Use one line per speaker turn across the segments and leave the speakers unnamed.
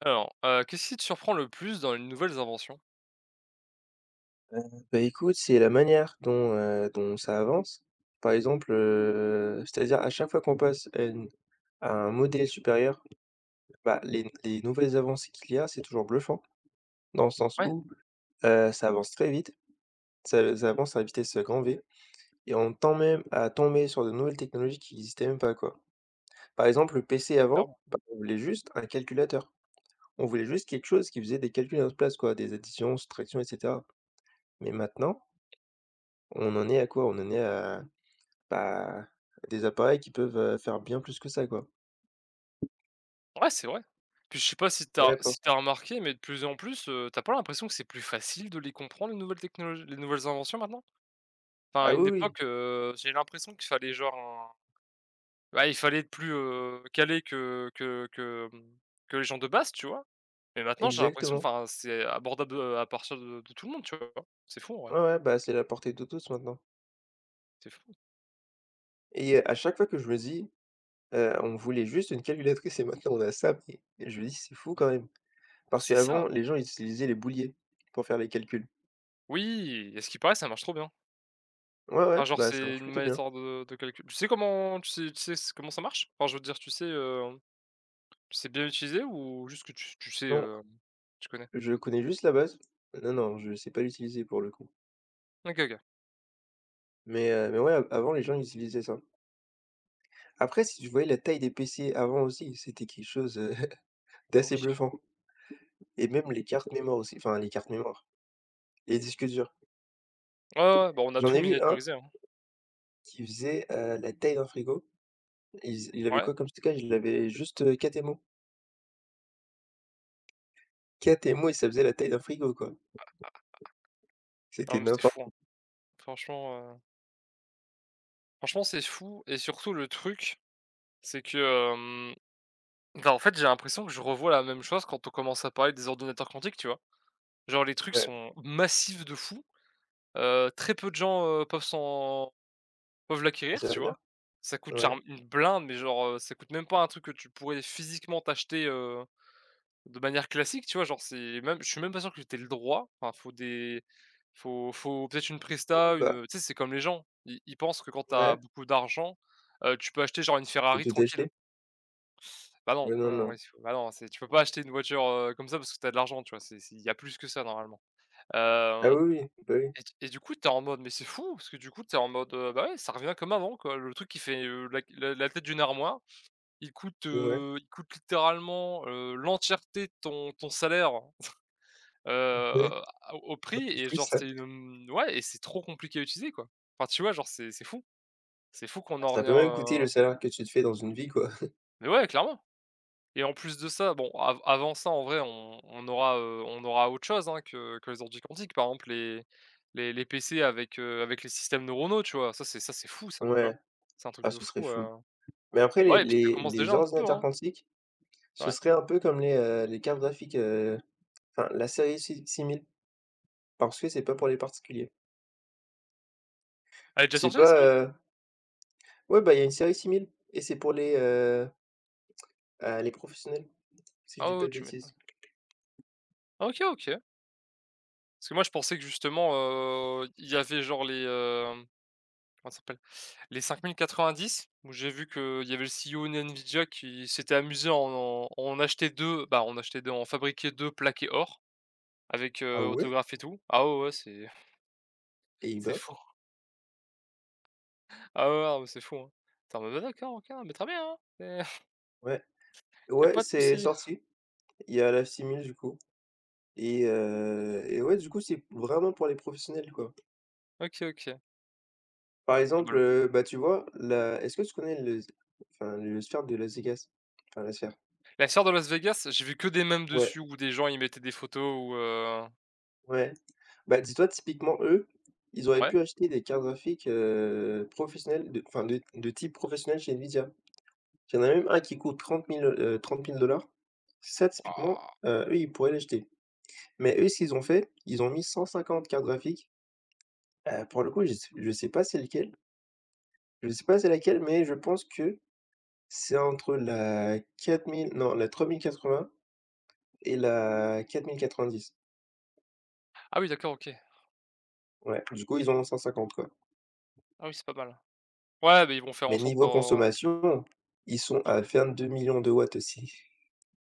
Alors, qu'est-ce qui te surprend le plus dans les nouvelles inventions?
Bah, écoute, c'est la manière dont ça avance. Par exemple, c'est-à-dire à chaque fois qu'on passe à une à un modèle supérieur, bah, les nouvelles avancées qu'il y a, c'est toujours bluffant. Dans le sens
Ouais,
où, ça avance très vite, ça avance à vitesse, grand V, et on tend même à tomber sur de nouvelles technologies qui n'existaient même pas, quoi. Par exemple, le PC avant,
clairement.
bah, on voulait juste un calculateur. On voulait juste quelque chose qui faisait des calculs à notre place, quoi, des additions, soustractions et cetera. Mais maintenant, on en est à quoi? On en est à, bah, des appareils qui peuvent, faire bien plus que ça, quoi.
Ouais, c'est vrai. Puis je sais pas si t'as,
Ouais, parce
remarqué, mais de plus en plus, tu pas l'impression que c'est plus facile de les comprendre les nouvelles technologies les nouvelles inventions maintenant? Enfin, à
ah
une
oui, oui,
époque, j'ai l'impression qu'il fallait genre un bah, il fallait être plus, calé que que les gens de base, tu vois? Mais maintenant j'ai l'impression,
exactement.
enfin, c'est abordable, à partir de tout le monde, tu vois? C'est fou, ouais.
Ouais, ouais, bah, c'est la portée de tous maintenant,
C'est fou.
et à chaque fois que je me dis: «On voulait juste une calculatrice et maintenant on a ça», mais je me dis: «C'est fou
Mais
quand même».
mais
Parce
c'est ça.
qu'avant, les gens ils utilisaient les bouliers pour faire les calculs.
Oui, et ce qui paraît, ça marche trop bien.
Ouais,
Enfin,
ouais,
genre,
bah, ça
c'est
marche
une
plutôt bien.
méthode, de calcul. Tu sais comment tu sais s comment ça marche? Enfin, je veux dire, tu sais bien utiliser ou juste que tu sais,
Non,
tu connais?
je connais juste la base. Non, non, je sais pas l'utiliser pour le coup.
OK, OK.
Mais ouais, av avant les gens ils utilisaient ça. Après, si tu voyais la taille des PC avant aussi, c'était quelque chose,
Bah, oui.
d'assez bluffant. Et même les cartes mémoire aussi, enfin les cartes mémoire, les disques durs.
Ouais, ouais, ouais, bah, on a
J'en
tout
ai vu un
miniaturisé, hein.
qui faisait, la taille d'un frigo. Il avait
Ouais.
quoi comme stockage? Il avait juste, 4 émaux. 4 émaux, et ça faisait la taille d'un frigo, quoi.
Non,
C'était
mais c'est
n'importe
fou,
quoi.
hein. Franchement, heu, franchement, c'est fou et surtout le truc, c'est que, hem, bah, en fait, j'ai l'impression que je revois la même chose quand on commence à parler des ordinateurs quantiques, tu vois? Genre, les trucs
Ouais,
sont massifs de fou, très peu de gens, peuvent
pour
l'acquérir,
se
tu vois?
servir.
Ça coûte
Ouais.
charm une blinde, mais genre, ça coûte même pas un truc que tu pourrais physiquement t'acheter, de manière classique, tu vois? Genre, c'est même je suis même pas sûr que tu le droit. Enfin, faut des faut faut peut-être une
Ouais,
presta,
bah,
tu sais, c'est comme les gens, ils pensent que quand t'as
ouais,
beaucoup d'argent, tu peux acheter genre une
tu
Ferrari
tout
tranquille.
acheter.
Bah non,
Ouais, non,
non, non, il
non.
bah non, c'est tu peux pas acheter une voiture, comme ça parce que t'as de l'argent, tu vois? C'est Il y a plus que ça normalement.
Ah oui, oui, bah, oui.
Et du coup, t'es en mode mais c'est fou, parce que du coup, t'es en mode, bah, ouais, ça revient comme avant, quoi. Le truc qui fait, la tête d'une armoire, il coûte,
Oui, ouais.
heu, il coûte littéralement, l'entièreté de ton salaire,
Ouais,
à au
bah,
prix
en
et
plus
genre
ça
ouais et c'est trop compliqué à utiliser, quoi. Enfin, tu vois, genre, c'est fou. C'est fou qu'on en
ça
revient,
peut même coûter le salaire que tu te fais dans une vie, quoi.
mais ouais, clairement. Et en plus de ça, bon, av avant ça, en vrai, on aura autre chose, hein, que les ordi quantiques. Par exemple, les PC avec les systèmes neuronaux, tu vois? Ça, c'est fou, ça, tu vois?
Ouais.
C'est un truc
Ah,
de
ce serait
fou,
fou. Mais après
bah,
les
ouais, et puis ça
les
commence déjà
les
un petit peu,
ordinateurs
hein.
quantiques, ce
Ouais.
serait un peu comme les cartes graphiques, enfin la série si 6000, parce que c'est pas pour les particuliers.
Elle est déjà
C'est
sortie, la
pas,
simule?
ouais, bah, il y a une série 6000 et c'est pour les professionnels, si je
Ah
dis
ouais,
pas
ouais,
de
tu m'étonnes.
bêtises.
Ah OK, OK. Parce que moi, je pensais que justement, il y avait genre comment ça s'appelle? Les 5090 où j'ai vu qu'il y avait le CEO Nvidia qui s'était amusé à en acheter 2, en fabriquer 2 plaqués or. Avec,
Ah ouais?
autographe et tout. Ah ouais, ouais, c'est
Eh
c'est
bah
fou. Ah ouais, ouais, c'est fou, hein. Tu en mode: «Ah d'accord, OK, mais très bien, hein, c'est
ouais.
il y a
Ouais,
pas de
c'est
souci».
sorti. Il y a la simule du coup, et ouais, du coup, c'est vraiment pour les professionnels, quoi.
OK, OK.
Par
Ah bah,
exemple,
le
bah, tu vois, la est-ce que tu connais le enfin, le sphère de Las Vegas? Enfin, la sphère.
la sœur de Las Vegas, j'ai vu que des mèmes
Ouais,
dessus où des gens, ils mettaient des photos
ouais. Bah, dis-toi typiquement eux, ils auraient
ouais?
pu acheter des cartes graphiques, professionnelles de enfin, de type professionnel chez Nvidia. Il y en a même un qui coûte 30 000, 30 000 dollars. Ça typiquement,
Waouh!
eux, ils pourraient l'acheter. Mais eux, ce qu'ils ont fait, ils ont mis 150 cartes graphiques. Pour le coup, je sais pas c'est lequel, je sais pas c'est laquelle, mais je pense que c'est entre la 4000 non, la 3080 et la quatre quatre-vingt-dix. Mille quatre-vingt-dix.
Ah oui, d'accord, OK.
Ouais, du coup, ils en ont 150 quoi.
Ah oui, c'est pas mal. Ouais, mais ils vont faire en
Mais
sorte
niveau
d'en
consommation, ils sont à 22 deux millions de watts aussi.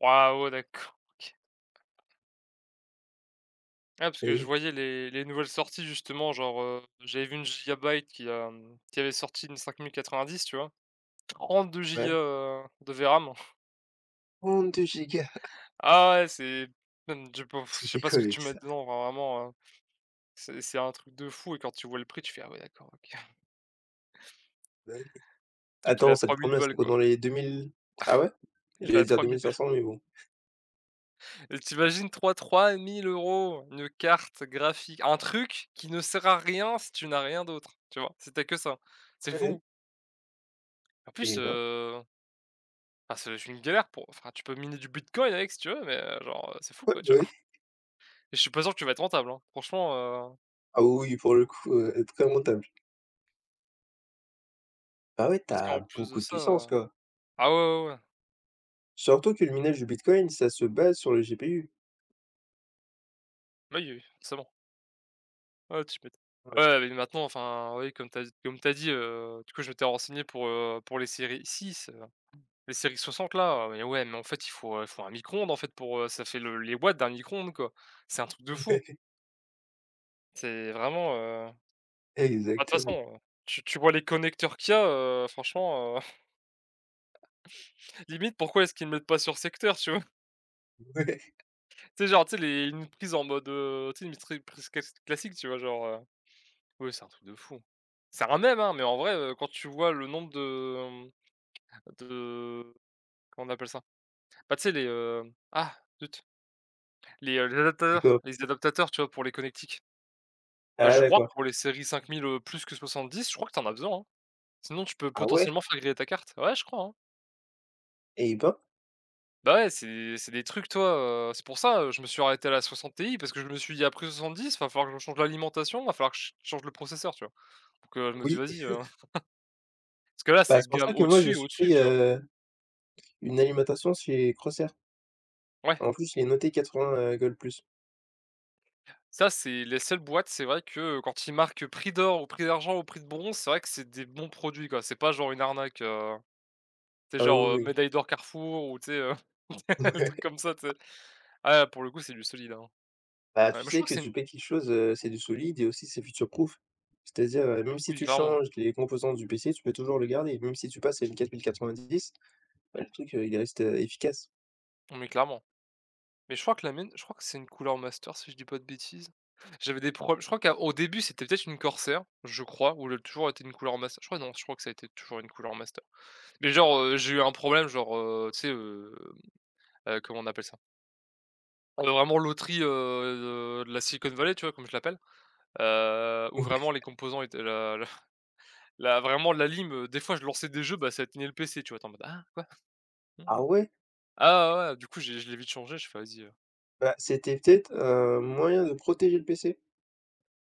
waouh, ouais, d'accord, OK. Ouais, parce
Eh
que je
oui,
voyais les nouvelles sorties justement, genre, j'avais vu une Gigabyte qui avait sorti une 5090, tu vois? 32 gigas,
ouais.
de VRAM.
Deux gigas,
Ah ouais, c'est même je peux je
tu
sais
fais
pas ce
quoi
que tu
avec
mets
ça?
dedans, enfin vraiment, c'est un truc de fou et quand tu vois le prix, tu fais: «Ah ouais, d'accord, OK».
Bah oui.
Le truc, il
Attends,
a
ça
trois
coûte
mille
combien? Ça
balles,
coûte
quoi.
dans les 2000. Ah ouais?
Il
J'allais
a
dire
trois
deux
mille
mille
balles
cinq cents, mais bon.
et tu imagines 3000 euros une carte graphique, un truc qui ne sert à rien si tu n'as rien d'autre, tu vois? C'était que ça. C'est
Ouais,
fou.
ouais,
En plus,
et ben,
enfin, c'est une galère pour enfin, tu peux miner du bitcoin avec si tu veux, mais genre, c'est fou,
ouais,
quoi, tu
bah
vois?
oui.
Et je suis pas sûr que tu vas être rentable, hein. Franchement,
Ah oui, pour le coup, très rentable. Bah ouais, tu
parce
as
qu'en plus de
beaucoup de
ça,
puissance quoi.
ah ouais, ouais, ouais.
Surtout que le minage du bitcoin, ça se base sur le GPU.
Oui, oui, forcément. Ouais, tu m'étonnes.
Ouais,
Ouais, mais maintenant, enfin, oui, comme t'as dit, du coup, je m'étais renseigné pour les séries 60 là, mais ouais, mais en fait, il faut un micro-ondes, en fait, pour, ça fait le les watts d'un micro-ondes, quoi. C'est un truc de fou.
ouais,
C'est vraiment, bah, de toute
exactement.
façon, tu vois les connecteurs qu'il y a, franchement, limite, pourquoi est-ce qu'ils ne mettent pas sur secteur, tu vois?
Ouais,
Tu sais, genre, tu sais, les une prise en mode, tu sais, une tri prise classique, tu vois? Genre, ouais, c'est un truc de fou. C'est un même hein, mais en vrai, quand tu vois le nombre de, De comment on appelle ça? Bah, tu sais les, ah zut, les, les adaptateurs
d'accord.
les adaptateurs, tu vois, pour les connectiques. Bah,
Ah
je crois que
d'accord.
pour les séries 5000, plus que 70 je crois que t'en as besoin, hein. Sinon tu peux
Ah ouais?
potentiellement faire griller ta carte. Ouais, je crois, hein.
Eh ben,
Bah, ouais, c'est des trucs, toi, c'est pour ça, je me suis arrêté à la 60 Ti parce que je me suis dit: «Après 70 va falloir que je change l'alimentation, va falloir que je change le processeur», tu vois? Donc, je me dis:
oui.
«Vas-y», parce que là,
Bah,
c'est
c'est pour
gamme
ça que moi, je
au-dessus,
suis
au-dessus,
pris,
tu vois?
une alimentation chez Crosshair.
Ouais.
En plus, il est noté 80, gold plus.
Ça, c'est les seules boîtes, c'est vrai que, quand ils marquent prix d'or ou prix d'argent ou prix de bronze, c'est vrai que c'est des bons produits, quoi. C'est pas genre une arnaque, tu
Ah
genre,
oui, oui.
médaille d'or Carrefour ou tu sais, le truc
Ouais.
comme ça, tu sais? Ah, pour le coup, c'est du solide, hein.
Bah,
Ouais,
tu
mais je
sais
crois que
que
c'est une
tu payes quelque chose, c'est du solide, et aussi c'est future-proof. C'est-à-dire, même si
oui,
tu
clairement.
changes les composants du PC, tu peux toujours le garder. Même si tu passes à une 4090, bah, le truc, il reste, efficace.
Mais clairement. Mais je crois que la mienne, je crois que c'est une couleur master, si je dis pas de bêtises. J'avais des problèmes je crois qu'au début, c'était peut-être une corsair, je crois, ou elle a toujours été une couleur master. Je crois non, je crois que ça a été toujours une couleur master. Mais genre, j'ai eu un problème genre, tu sais, comment on appelle ça? Vraiment loterie, de la Silicon Valley, tu vois? Comme je l'appelle, où
Ouais.
vraiment les composants étaient la lime, des fois je lançais des jeux, bah, ça éteignait le PC, tu vois? Tu en mode: «Ah quoi? Mmh.
Ah ouais?
Ah ouais, ouais, ouais, du coup j'ai je l'ai vite changé, je fait: «Vas-y»
Bah, c'était peut-être un moyen de protéger le PC.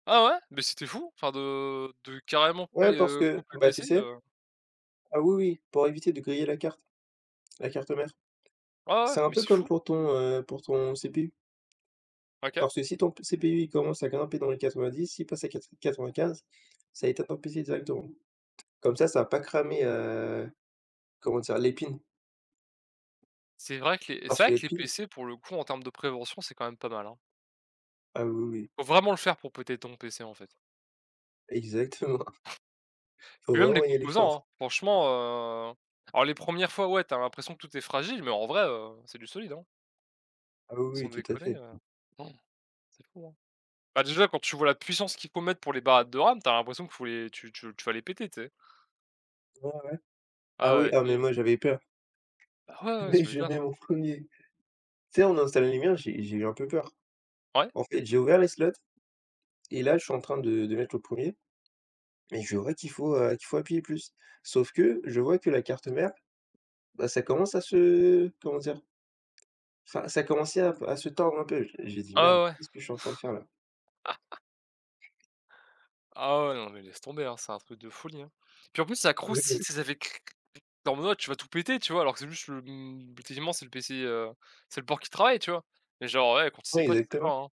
ah ouais, mais c'était fou, enfin de carrément
Ouais,
p
parce que
couper le
bah, tu
PC,
sais ah oui, oui, pour éviter de griller la carte mère.
ouais, ouais,
C'est un
mais
peu
c'est
comme
fou.
pour ton CPU.
OK.
Parce que si ton C p CPU, il commence à grimper dans les 90, s'il passe à 95, ça éteint ton PC directement. Comme ça va pas cramer, comment dire? L'épine.
C'est vrai que les c'est
Parce
vrai
que
que les
l'épine
PC pour le coup en termes de prévention, c'est quand même pas mal, hein.
ah oui, oui,
Faut vraiment le faire pour péter ton PC en fait.
exactement. Faut
Puis même les
vraiment y aller
composants, hein,
fort.
franchement, heu, alors les premières fois, ouais, t'as l'impression que tout est fragile, mais en vrai, c'est du solide, hein,
Ah oui,
sans
oui, tout à
déconner,
fait.
c'est fou, hein. Bah, déjà quand tu vois la puissance qu'il faut mettre pour les barrettes de RAM, t'as l'impression qu'il faut les tu vas les péter, tu sais?
Ouais, ouais. Ah
Ah
oui,
ouais,
ah mais
terrible.
moi j'avais peur.
Bah, ouais, ouais,
Mais
tu
je
m'étonnes,
mets
hein.
mon premier. Tu sais, on a installé les miens, j'ai eu un peu peur.
Ouais.
En fait, j'ai ouvert les slots, et là, je suis en train de mettre le premier. Er Et je vois qu'il faut appuyer plus. Sauf que je vois que la carte mère, bah, ça commence à se comment dire? Enfin, ça commençait à se tordre un peu. J'ai dit:
Ah
«Merde,
ouais, ouais.
qu'est-ce que je suis en train de faire là?»
Ah ouais, non, mais laisse tomber, hein, c'est un truc de folie, hein. Puis en plus ça
Ouais,
croustille,
ouais.
tu sais, ça fait en mode tu vas tout péter, tu vois? Alors que c'est juste le, effectivement c'est le PC, c'est le port qui travaille, tu vois? Mais genre, ouais, quand
Ouais,
tu sais pas,
exactement.
hein.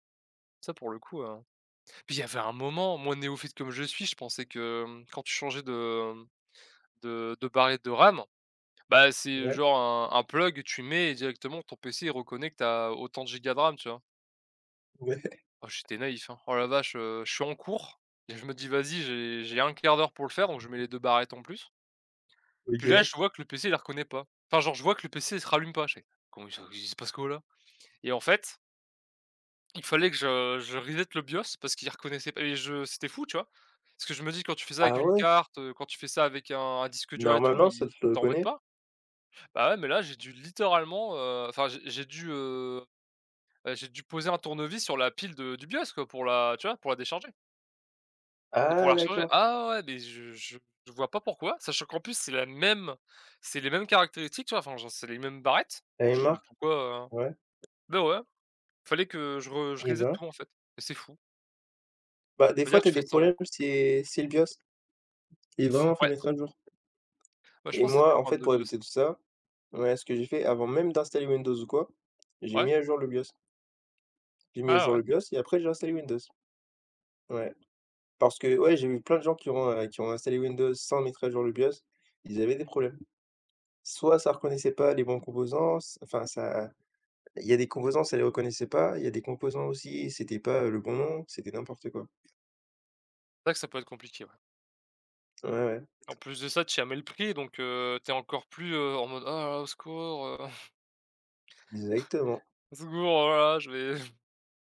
Ça pour le coup. Puis il y avait un moment, moi néophyte comme je suis, je pensais que, quand tu changeais de, de barrette de RAM, bah, c'est
Ouais,
genre un plug, tu mets et directement ton PC il reconnaît que t'as autant de gigas de RAM, tu vois?
ouais,
Oh j'étais naïf, hein. Oh la vache, je suis en cours et je me dis: «Vas-y, j'ai 1/4 d'heure pour le faire», donc je mets les 2 barrettes en plus. Puis là,
OK.
je vois que le PC il la reconnaît pas. Enfin genre je vois que le PC il se rallume pas, je fais: «Comment il se passe quoi là?» et en fait il fallait que je reset le BIOS parce qu'il reconnaissait pas et je c'était fou, tu vois? Parce que je me dis quand tu fais ça avec
Ah
une
ouais?
carte, quand tu fais ça avec un disque dur et tout,
Normalement,
il
ça te le
t'embête
reconnaît?
pas. Bah, ouais, mais là, j'ai dû littéralement, j'ai dû, j'ai dû poser un tournevis sur la pile de du BIOS, quoi, pour la tu vois? Pour la décharger et pour
Ah
la recharger.
d'accord.
Ah ouais, mais je vois pas pourquoi, sachant qu'en plus c'est les mêmes caractéristiques, tu vois? Enfin, genre, c'est les mêmes barrettes.
Tu
Donc
une
je dis: «Mais
marque?
pourquoi,»
Ouais.
Bah, ouais, fallait que je
Et
reset
ben,
tout, en fait, et c'est fou.
bah, des
Je veux
fois,
dire,
t'as
tu fais
des
ça en
problèmes, c'est le BIOS et vraiment, faut
ouais.
le mettre à jour.
Bah, je
Et
pense que c'était
moi, en
pour un
fait,
de
pour
bio, ça.
éviter tout ça, ouais, ce que j'ai fait avant même d'installer Windows ou quoi, j'ai
Ouais,
mis à jour le BIOS. J'ai mis à
ah ouais,
jour
ouais.
le BIOS et après j'ai installé Windows. Ouais. Parce que ouais, j'ai vu plein de gens qui ont installé Windows sans mettre à jour le BIOS, ils avaient des problèmes. Soit ça reconnaissait pas les bons composants, s enfin ça il y a des composants, ça les reconnaissait pas, il y a des composants aussi, c'était pas, le bon nom, c'était n'importe quoi.
C'est vrai que ça peut être compliqué, ouais.
Ouais, ouais,
En plus de ça, tu y as mis le prix donc tu encore plus, en mode: «Oh au secours,
exactement.
au secours, oh là là, je vais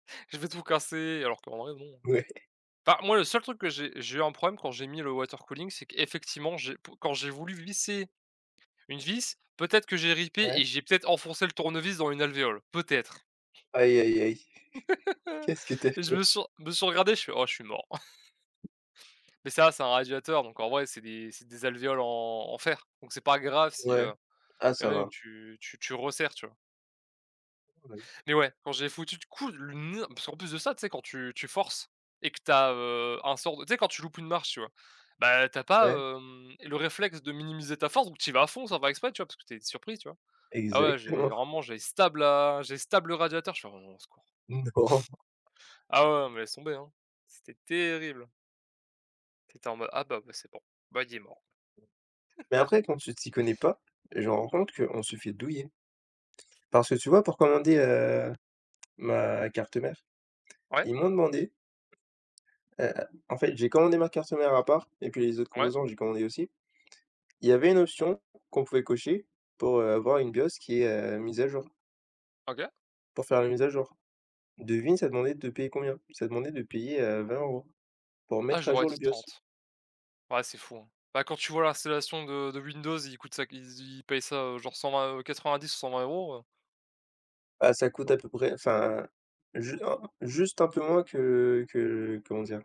je vais tout casser», alors qu'en vrai, non.
Ouais,
Bah, moi, le seul truc que j'ai eu un problème quand j'ai mis le water cooling, c'est qu'effectivement, j'ai pou quand j'ai voulu visser une vis, peut-être que j'ai ripé
ouais.
et j'ai peut-être enfoncé le tournevis dans une alvéole, peut-être.
Aïe, aïe, aïe. Qu'est-ce que t'as
Et je
fait?
me suis me suis regardé, je fais: «Oh, je suis mort». Mais ça, c'est un radiateur donc en vrai, c'est des alvéoles en en fer donc c'est pas grave si, il
Ouais. Ah
y en
ça
a une,
va.
tu tu resserres, tu vois?
Ouais.
Mais ouais, quand j'ai foutu de coup le nez parce qu'en plus de ça, tu sais, quand tu forces et que t'as as, un sort de tu sais, quand tu loupes une marche, tu vois? Bah, t'as pas,
Ouais,
le réflexe de minimiser ta force, donc tu y vas à fond sans faire exprès, tu vois? Parce que t'es es surpris, tu vois? Ah ouais, j'ai
exactement.
vraiment, j'ai stable le radiateur, je fais: «Oh non, au secours».
Non.
Ah ouais, non, mais laisse tomber, hein. C'était terrible. Tu en mode: «Ah bah, c'est bon. Bah, il est mort».
Mais après, quand tu t'y connais pas, je me rends compte qu'on se fait douiller. Parce que tu vois, pour commander, ma carte mère,
Ouais,
ils m'ont demandé, heu, en fait, j'ai commandé ma carte mère à part et puis les autres
ouais,
composants, j'ai commandé aussi. Il y avait une option qu'on pouvait cocher pour, avoir une BIOS qui est, mise à jour,
OK.
pour faire la mise à jour. Devine, ça demandait de payer combien? Ça demandait de payer, 20 € pour
Ah,
mettre à
j'aurais
jour le
dit
BIOS.
30. Ouais, c'est fou, hein. Bah, quand tu vois l'installation de Windows, il coûte ça ils payent ça, genre 120, vingt 90 ou 120 €, heu,
Ah, ça coûte
Oh.
à peu près enfin, ju un juste un peu moins que comment dire?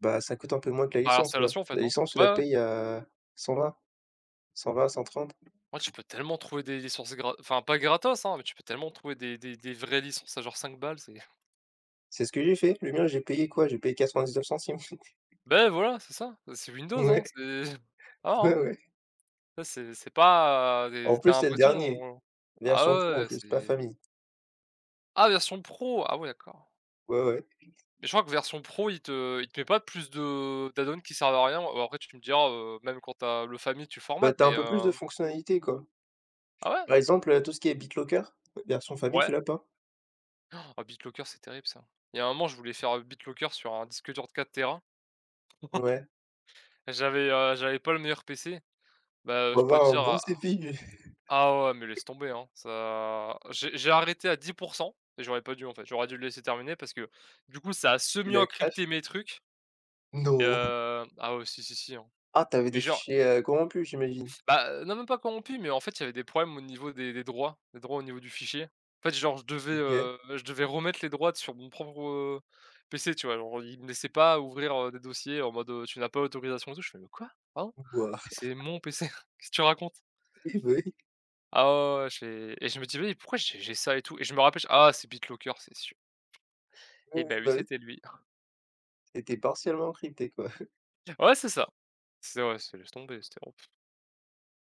Bah, ça coûte un peu moins que la
Bah,
licence, quoi.
l'installation en fait,
La
hein.
licence, tu la
Ouais, ouais.
payes à 120, 120-130.
Ouais, tu peux tellement trouver des licences grat enfin pas gratos, hein, mais tu peux tellement trouver des vraies licences à genre cinq balles, c'est
C'est ce que j'ai fait. Le mien, j'ai payé quoi? J'ai payé 99 centimes.
ben voilà, c'est ça, c'est Windows, hein,
Ouais,
c'est ah
ouais,
hein.
ouais.
Ça c'est pas des
En
tu
plus,
as
c'est le
l'impression
dernier,
on- bah,
version pro
ouais,
en
ouais,
plus, pas
c'est
famille.
ah, version pro! Ah ouais, d'accord.
Ouais, ouais.
Mais je crois que version pro, il te met pas plus de d'add-ons qui servent à rien. Ou après tu me diras, même quand t'as le famille tu
Bah,
formates,
t'as un
mais
peu plus de fonctionnalités, quoi.
ah ouais?
Par exemple, tout ce qui est BitLocker, version famille, tu
Ouais?
l'as pas.
Ah BitLocker, c'est terrible ça. Il y a un moment, je voulais faire, BitLocker sur un disque dur de 4 téra.
Ouais.
J'avais, j'avais pas le meilleur PC. Bah,
Faut
je peux te
avoir un
dire,
bon
ah
CPU.
ah ouais, mais laisse tomber, hein. Ça j'ai arrêté à 10 et j'aurais pas dû, en fait. J'aurais dû le laisser terminer parce que, du coup, ça a
Il la crash.
semi-encrypté mes trucs et
Non.
ah ouais, si, si, si, hein.
Ah, t'avais
Et
des
j'ai
fichiers, corrompus, j'imagine?
bah, non même pas corrompu, mais en fait, il y avait des problèmes au niveau des droits, des droits au niveau du fichier. En fait, genre, je devais,
OK.
heu, je devais remettre les droits sur mon propre, PC, tu vois? Genre, ils me laissaient pas ouvrir, des dossiers en mode, «Tu n'as pas l'autorisation» et tout. Je fais: «Mais quoi? Pardon?
Waouh.
Mais c'est mon PC, qu'est-ce que tu racontes?»
Oui, bah, oui.
Ah ouais, ouais, ouais, j'ai et je me dis: «Mais pourquoi j'ai ça et tout?» et je me rappelle: «Ah, c'est BitLocker, c'est sûr».
Oui,
Et
oui,
bah oui,
bah, oui.
c'était lui.
C'était partiellement encrypté, quoi.
Ouais, c'est ça. C'est ouais, c'est laisse tomber, c'était